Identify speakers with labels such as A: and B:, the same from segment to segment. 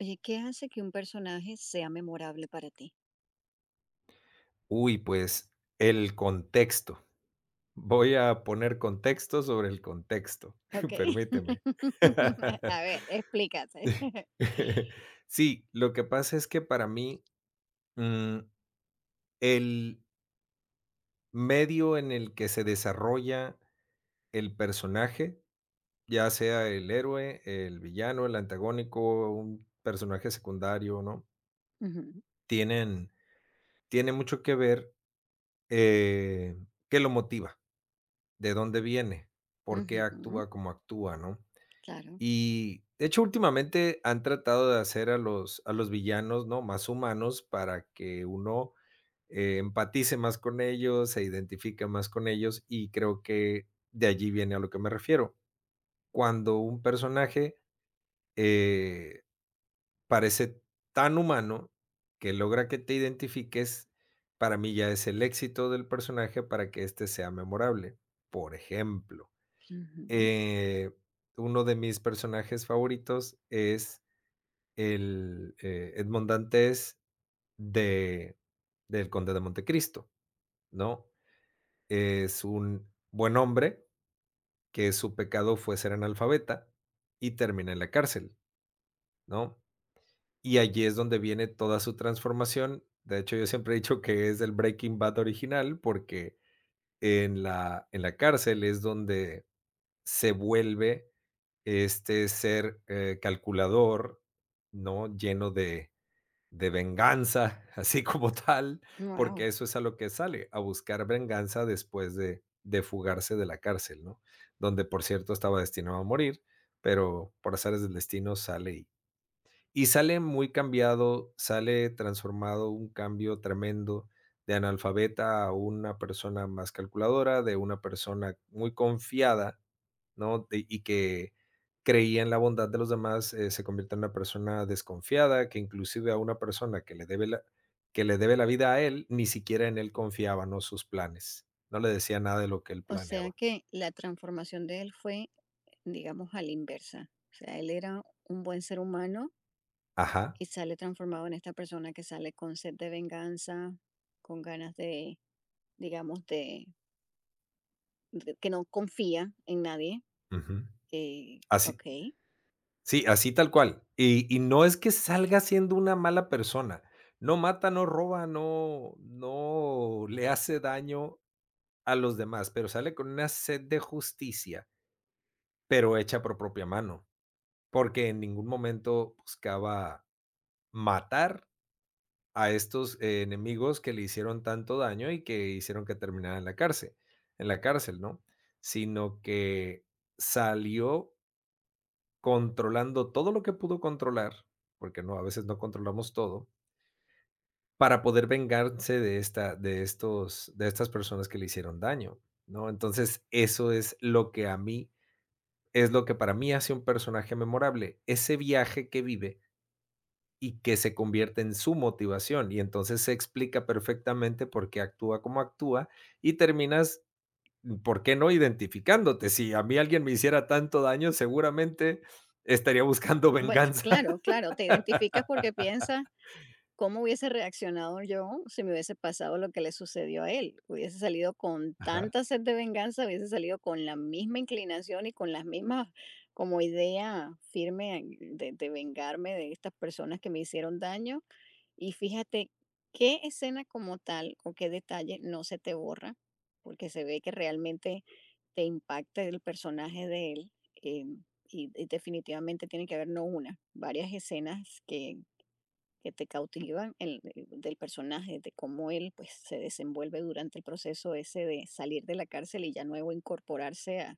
A: Oye, ¿qué hace que un personaje sea memorable para ti?
B: Uy, pues el contexto. Voy a poner contexto sobre el contexto.
A: Okey.
B: Permíteme.
A: A ver, explícate.
B: Sí, lo que pasa es que para mí, mm, el medio en el que se desarrolla el personaje, ya sea el héroe, el villano, el antagónico, un personaje secundario, ¿no?
A: Ujú,
B: Tienen tiene mucho que ver, eh, qué lo motiva, de dónde viene, por qué
A: ujujú,
B: actúa como actúa, ¿no?
A: claro.
B: Y de hecho, últimamente han tratado de hacer a los villanos, ¿no? Más humanos para que uno empatice más con ellos, se identifique más con ellos, y creo que de allí viene a lo que me refiero. Cuando un personaje eh, parece tan humano que logra que te identifiques, para mí ya es el éxito del personaje para que éste sea memorable. Por ejemplo.
A: Wow.
B: Eh, uno de mis personajes favoritos es Edmond Dantès de del Conde de Montecristo, ¿no? Es un buen hombre que su pecado fue ser analfabeta y termina en la cárcel, ¿no? Y allí es donde viene toda su transformación. De hecho, yo siempre he dicho que es el Breaking Bad original, porque en la cárcel es donde se vuelve este ser, calculador, ¿no? Lleno de venganza, así como tal, porque eso es a lo que sale, a buscar venganza después de fugarse de la cárcel, ¿no? Donde, por cierto, estaba destinado a morir, pero por azares del destino sale y sale muy cambiado, sale transformado, un cambio tremendo, de analfabeta a una persona más calculadora, de una persona muy confiada, ¿no? Y que creía en la bondad de los demás, se convierte en una persona desconfiada, que inclusive a una persona que que le debe la vida a él, ni siquiera en él confiaba, ¿no? Sus planes. No le decía nada de lo que él
A: O sea
B: planeaba.
A: que la transformación de él fue, digamos, a la inversa. O sea, él era un buen ser humano
B: Ajá.
A: y sale transformado en esta persona que sale con sed de venganza, con ganas de, digamos, de que no confía en nadie,
B: Ujú. Así,
A: okey.
B: sí, así tal cual. Y no es que salga siendo una mala persona. No mata, no roba, no, no le hace daño a los demás, pero sale con una sed de justicia, pero hecha por propia mano. Porque en ningún momento buscaba matar a estos enemigos que le hicieron tanto daño y que hicieron que terminara en la cárcel, ¿no? Sino que salió controlando todo lo que pudo controlar, porque no, a veces no controlamos todo, para poder vengarse de esta de estos de estas personas que le hicieron daño, ¿no? Entonces, eso es lo que a mí es lo que para mí hace un personaje memorable, ese viaje que vive y que se convierte en su motivación. Y entonces se explica perfectamente por qué actúa como actúa y terminas, ¿por qué no?, identificándote. Si a mí alguien me hiciera tanto daño, seguramente estaría buscando
A: Bueno,
B: venganza.
A: claro, claro, te identificas porque piensas cómo hubiese reaccionado yo si me hubiese pasado lo que le sucedió a él. Hubiese salido con
B: Ajá.
A: tanta sed de venganza, hubiese salido con la misma inclinación y con las mismas como idea firme de, vengarme de estas personas que me hicieron daño y fíjate, ¿qué escena como tal o qué detalle no se te borra? Porque se ve que realmente te impacta el personaje de él. em, y definitivamente tiene que haber no una, varias escenas que te cautivan del personaje, de cómo él, pues, se desenvuelve durante el proceso ese de salir de la cárcel y ya nuevo incorporarse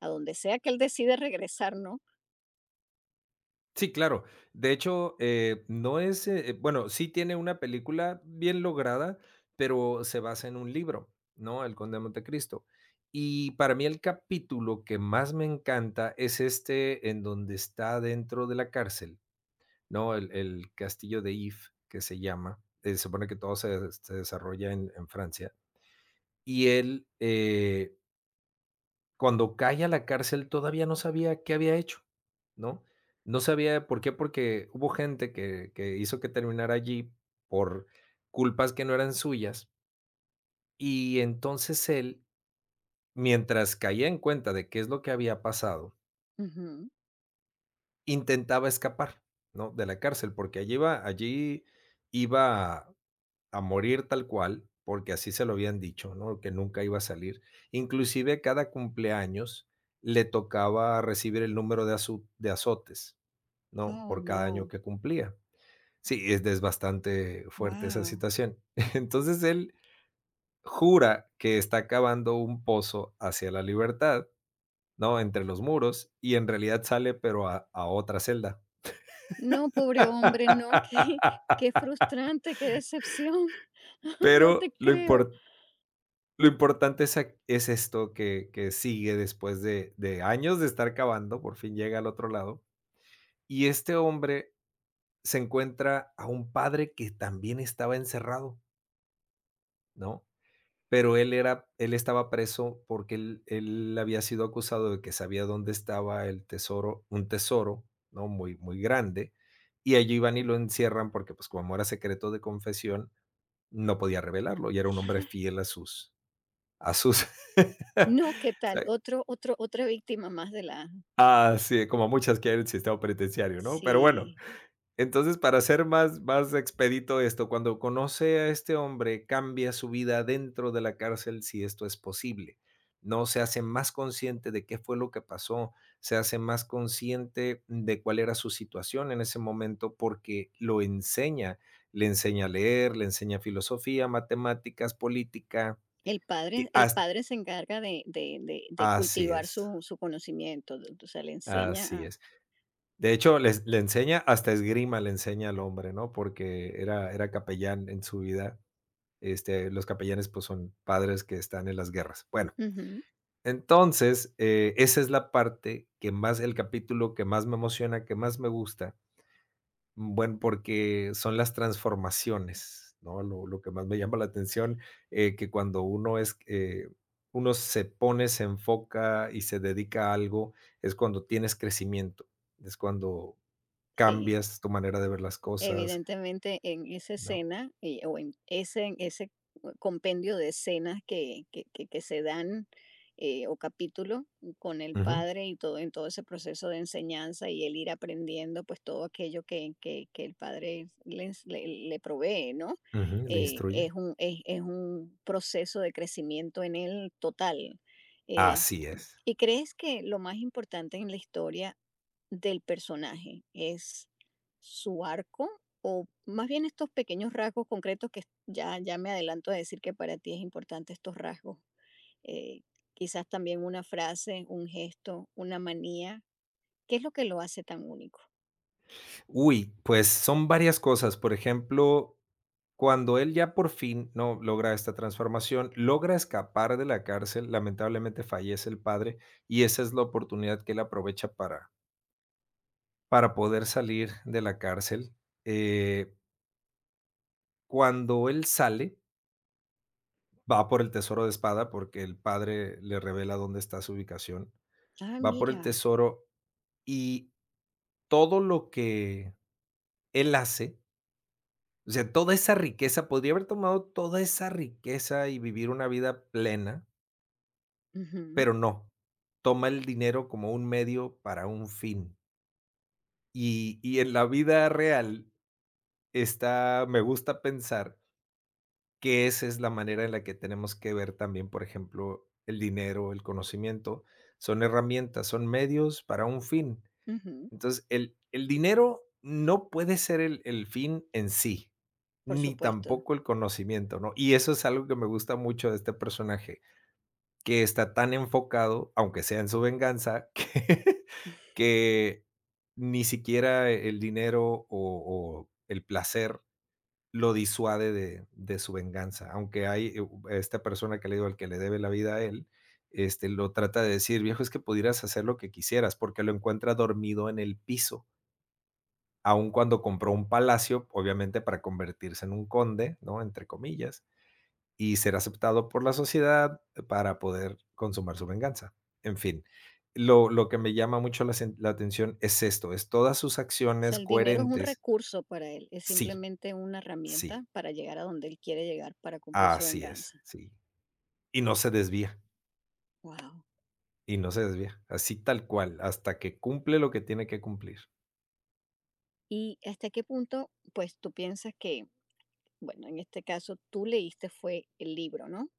A: a donde sea que él decide regresar, ¿no?
B: Sí, claro. De hecho, no es, bueno, sí tiene una película bien lograda, pero se basa en un libro, ¿no? El Conde de Montecristo. Y para mí el capítulo que más me encanta es este en donde está dentro de la cárcel, ¿no? El castillo de If, que se llama, se supone que todo se desarrolla en Francia, y cuando cae a la cárcel, todavía no sabía qué había hecho, ¿no? No sabía por qué, porque hubo gente que hizo que terminara allí por culpas que no eran suyas, y entonces él, mientras caía en cuenta de qué es lo que había pasado,
A: Ujú.
B: intentaba escapar, ¿no? De la cárcel, porque allí iba a morir tal cual, porque así se lo habían dicho, ¿no? Que nunca iba a salir. Inclusive cada cumpleaños le tocaba recibir el número de azu de azotes, ¿no?
A: Oh,
B: Por cada año
A: no.
B: que cumplía. Sí, es bastante fuerte esa
A: Wow.
B: situación. Entonces, él jura que está cavando un pozo hacia la libertad, ¿no? Entre los muros, y en realidad sale, pero a otra celda.
A: No, pobre hombre, no, qué, qué frustrante, qué decepción. No te
B: Pero lo
A: creo.
B: impor Lo importante es ac es esto que sigue después de años de estar cavando, por fin llega al otro lado, y este hombre se encuentra a un padre que también estaba encerrado, ¿no? Pero él estaba preso porque él había sido acusado de que sabía dónde estaba el tesoro un tesoro, ¿no? Muy grande, y allí van y lo encierran porque, pues, como era secreto de confesión, no podía revelarlo, y era un hombre fiel a sus,
A: No, ¿qué
B: o
A: tal?
B: sea,
A: Otro, otro, otra víctima más de la.
B: ah, sí, como muchas que hay en el sistema penitenciario, ¿no? Pero bueno,
A: Sí.
B: entonces para ser más expedito esto, cuando conoce a este hombre, cambia su vida dentro de la cárcel si esto es posible. No se hace más consciente de qué fue lo que pasó, se hace más consciente de cuál era su situación en ese momento porque lo enseña, le enseña a leer, le enseña filosofía, matemáticas, política, y
A: El
B: hasta,
A: padre se encarga de
B: así
A: cultivar
B: es,
A: su, su conocimiento, o sea, le enseña
B: así
A: a.
B: es. De hecho, les le enseña hasta esgrima le enseña al hombre, ¿no? Porque era capellán en su vida. Este, los capellanes, pues, son padres que están en las guerras. Bueno,
A: Ujú,
B: entonces, esa es la parte que más el capítulo que más me emociona, que más me gusta. Bueno, porque son las transformaciones, ¿no? Lo que más me llama la atención, que cuando uno es, uno se pone, se enfoca y se dedica a algo, es cuando tienes crecimiento, es cuando
A: sí.
B: cambias tu manera de ver las cosas,
A: Evidentemente, en esa
B: ¿no?
A: escena, o en ese compendio de escenas que se dan, o capítulo con el
B: Ujú,
A: padre y todo en todo ese proceso de enseñanza y el ir aprendiendo, pues, todo aquello que el padre le le provee, ¿no?
B: ujú, le instruye.
A: Es un es un proceso de crecimiento en él total. Eh,
B: Así es.
A: ¿Y crees que lo más importante en la historia del personaje es su arco? ¿O más bien estos pequeños rasgos concretos, que ya, ya me adelanto a decir que para ti es importante estos rasgos? Eh, quizás también una frase, un gesto, una manía. ¿Qué es lo que lo hace tan único?
B: Uy, pues son varias cosas. Por ejemplo, cuando él ya por fin, ¿no?, logra esta transformación, logra escapar de la cárcel, lamentablemente fallece el padre, y esa es la oportunidad que él aprovecha para poder salir de la cárcel. Eh, cuando él sale, va por el tesoro de espada, porque el padre le revela dónde está su ubicación.
A: Ah,
B: Va por el
A: mira.
B: tesoro y todo lo que él hace, o sea, toda esa riqueza, podría haber tomado toda esa riqueza y vivir una vida plena,
A: Ujú,
B: pero no, toma el dinero como un medio para un fin. En la vida real está me gusta pensar que esa es la manera en la que tenemos que ver también, por ejemplo, el dinero, el conocimiento, son herramientas, son medios para un fin.
A: ujú,
B: Entonces, el dinero no puede ser el fin en sí,
A: por
B: ni
A: supuesto.
B: tampoco el conocimiento, ¿no? Y eso es algo que me gusta mucho de este personaje, que está tan enfocado, aunque sea en su venganza, que ni siquiera el dinero o el placer lo disuade de su venganza. Aunque hay esta persona que le digo, al que le debe la vida a él, este, lo trata de decir, viejo, es que pudieras hacer lo que quisieras, porque lo encuentra dormido en el piso aun cuando compró un palacio, obviamente para convertirse en un conde, ¿no?, entre comillas, y ser aceptado por la sociedad para poder consumar su venganza. En fin, lo que me llama mucho la atención es esto, es todas sus
A: O sea,
B: acciones
A: el dinero es un
B: coherentes.
A: recurso para él, es
B: Sí,
A: simplemente una herramienta
B: sí,
A: para llegar a donde él quiere llegar, para cumplir su
B: así es,
A: venganza.
B: sí. Y no se desvía,
A: Wow.
B: y no se desvía, así tal cual, hasta que cumple lo que tiene que cumplir.
A: ¿Y hasta qué punto, pues, tú piensas que, bueno, en este caso tú leíste fue el libro, ¿no?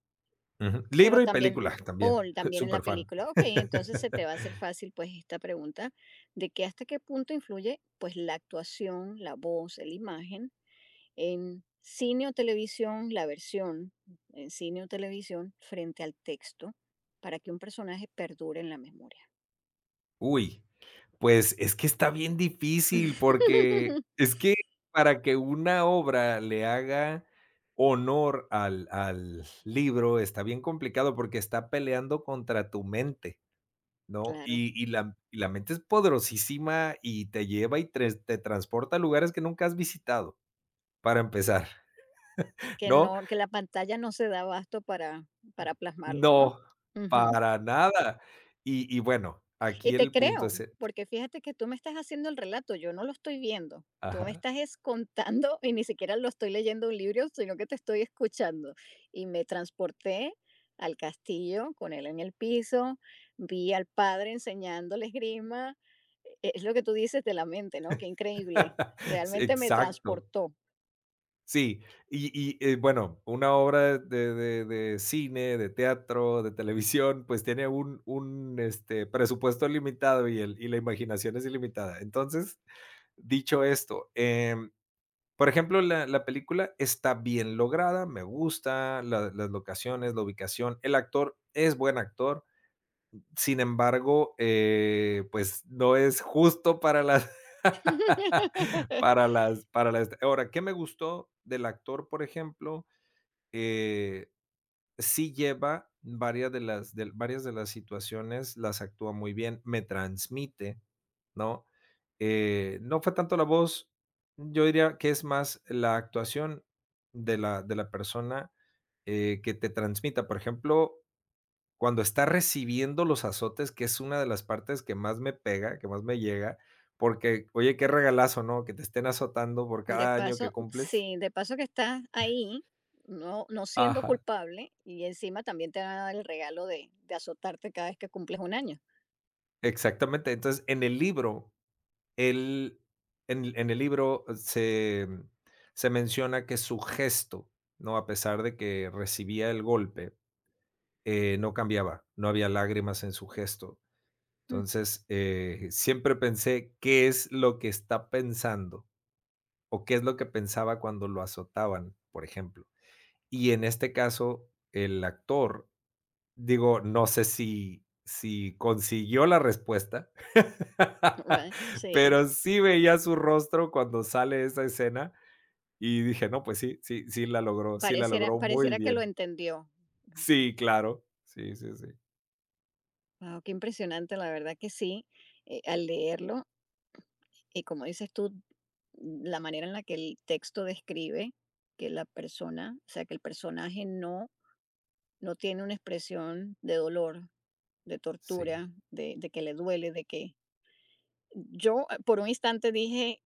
B: Ujú.
A: Pero
B: Libro y
A: también,
B: película también,
A: o también en la
B: súper fan.
A: película, ok, entonces se te va a hacer fácil pues esta pregunta de que hasta qué punto influye pues la actuación, la voz, la imagen en cine o televisión, la versión en cine o televisión frente al texto para que un personaje perdure en la memoria.
B: Uy. Pues, es que está bien difícil, porque es que para que una obra le haga honor al libro, está bien complicado, porque está peleando contra tu mente, ¿no?
A: Claro,
B: Y la mente es poderosísima y te lleva y tres te transporta a lugares que nunca has visitado, para empezar,
A: que
B: ¿no?
A: no, que la pantalla no se da abasto para plasmarlo, ¿no?
B: No,
A: Ujú.
B: para nada. Bueno,
A: Y
B: aquí
A: te
B: el punto
A: creo,
B: es
A: porque fíjate que tú me estás haciendo el relato, yo no lo estoy viendo. Tú me
B: ajá.
A: estás es contando y ni siquiera lo estoy leyendo un libro, sino que te estoy escuchando. Y me transporté al castillo con él en el piso, vi al padre enseñándole esgrima. Es lo que tú dices de la mente, ¿no? Qué increíble.
B: Sí,
A: Realmente me
B: exacto.
A: transportó.
B: Sí, y bueno, una obra de cine, de teatro, de televisión, pues tiene un, este, presupuesto limitado y el y la imaginación es ilimitada. Entonces, dicho esto, por ejemplo, la película está bien lograda, me gusta, la las locaciones, la ubicación, el actor es buen actor, sin embargo, pues no es justo para las, para las, para las. Ahora, ¿qué me gustó del actor, por ejemplo? Eh, sí lleva varias de las situaciones, las actúa muy bien, me transmite, ¿no? No fue tanto la voz, yo diría que es más la actuación de la persona que te transmita. Por ejemplo, cuando está recibiendo los azotes, que es una de las partes que más me pega, que más me llega, porque, oye, qué regalazo, ¿no? Que te estén azotando por
A: De
B: cada año que
A: paso,
B: cumples.
A: sí, de paso que estás ahí, no, no siendo
B: Ajá,
A: culpable, y encima también te van a dar el regalo de azotarte cada vez que cumples un año.
B: exactamente. Entonces, en el libro, él, en el libro se menciona que su gesto, ¿no? A pesar de que recibía el golpe, no cambiaba, no había lágrimas en su gesto.
A: Mm,
B: Entonces, siempre pensé, ¿qué es lo que está pensando? O qué es lo que pensaba cuando lo azotaban, por ejemplo. Y en este caso, el actor, digo, no sé si consiguió la respuesta,
A: right, sí,
B: pero sí veía su rostro cuando sale esa escena y dije: "No, pues sí, sí, sí la
A: pareciera,
B: logró muy
A: pareciera que lo
B: bien".
A: entendió.
B: Sí, claro. Sí, sí, sí.
A: Wow, qué impresionante, la verdad que sí, al leerlo, y como dices tú, la manera en la que el texto describe que la persona, o sea, que el personaje no, no tiene una expresión de dolor, de
B: Sí.
A: tortura, de que le duele, de que yo, por un instante dije: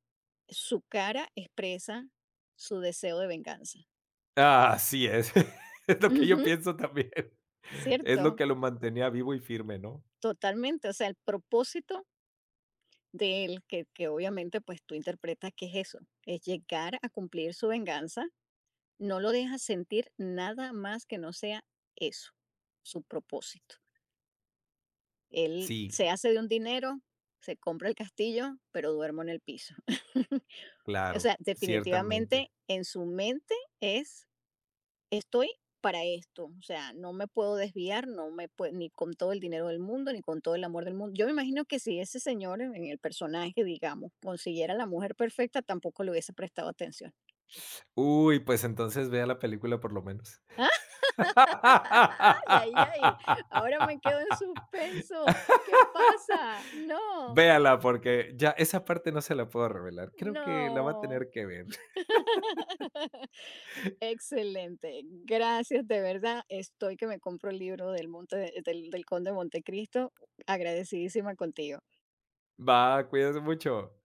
A: "Su cara expresa su deseo de venganza".
B: Ah, así es. Es lo que
A: Ujú,
B: yo pienso también. Es lo
A: cierto,
B: que lo mantenía vivo y firme, ¿no?
A: totalmente. O sea, el propósito de él, que obviamente, pues, tú interpretas que es eso, es llegar a cumplir su venganza, no lo deja sentir nada más que no sea eso, su propósito. Él
B: Sí,
A: se hace de un dinero, se compra el castillo, pero duermo en el piso. O
B: claro,
A: sea,
B: ciertamente.
A: definitivamente en su mente es estoy para esto, o sea, no me puedo desviar, ni con todo el dinero del mundo, ni con todo el amor del mundo. Yo me imagino que si ese señor en el personaje, digamos, consiguiera la mujer perfecta, tampoco le hubiese prestado atención.
B: Uy, pues entonces vea la película por lo menos.
A: Ay, ay, ay, ahora me quedo en suspenso. ¿Qué pasa? No,
B: Véala, porque ya esa parte no se la puedo revelar. Creo que la va a
A: no.
B: tener que ver.
A: Excelente, gracias de verdad. Estoy que me compro el libro del Conde de Montecristo, agradecidísima contigo.
B: Va, cuídese mucho.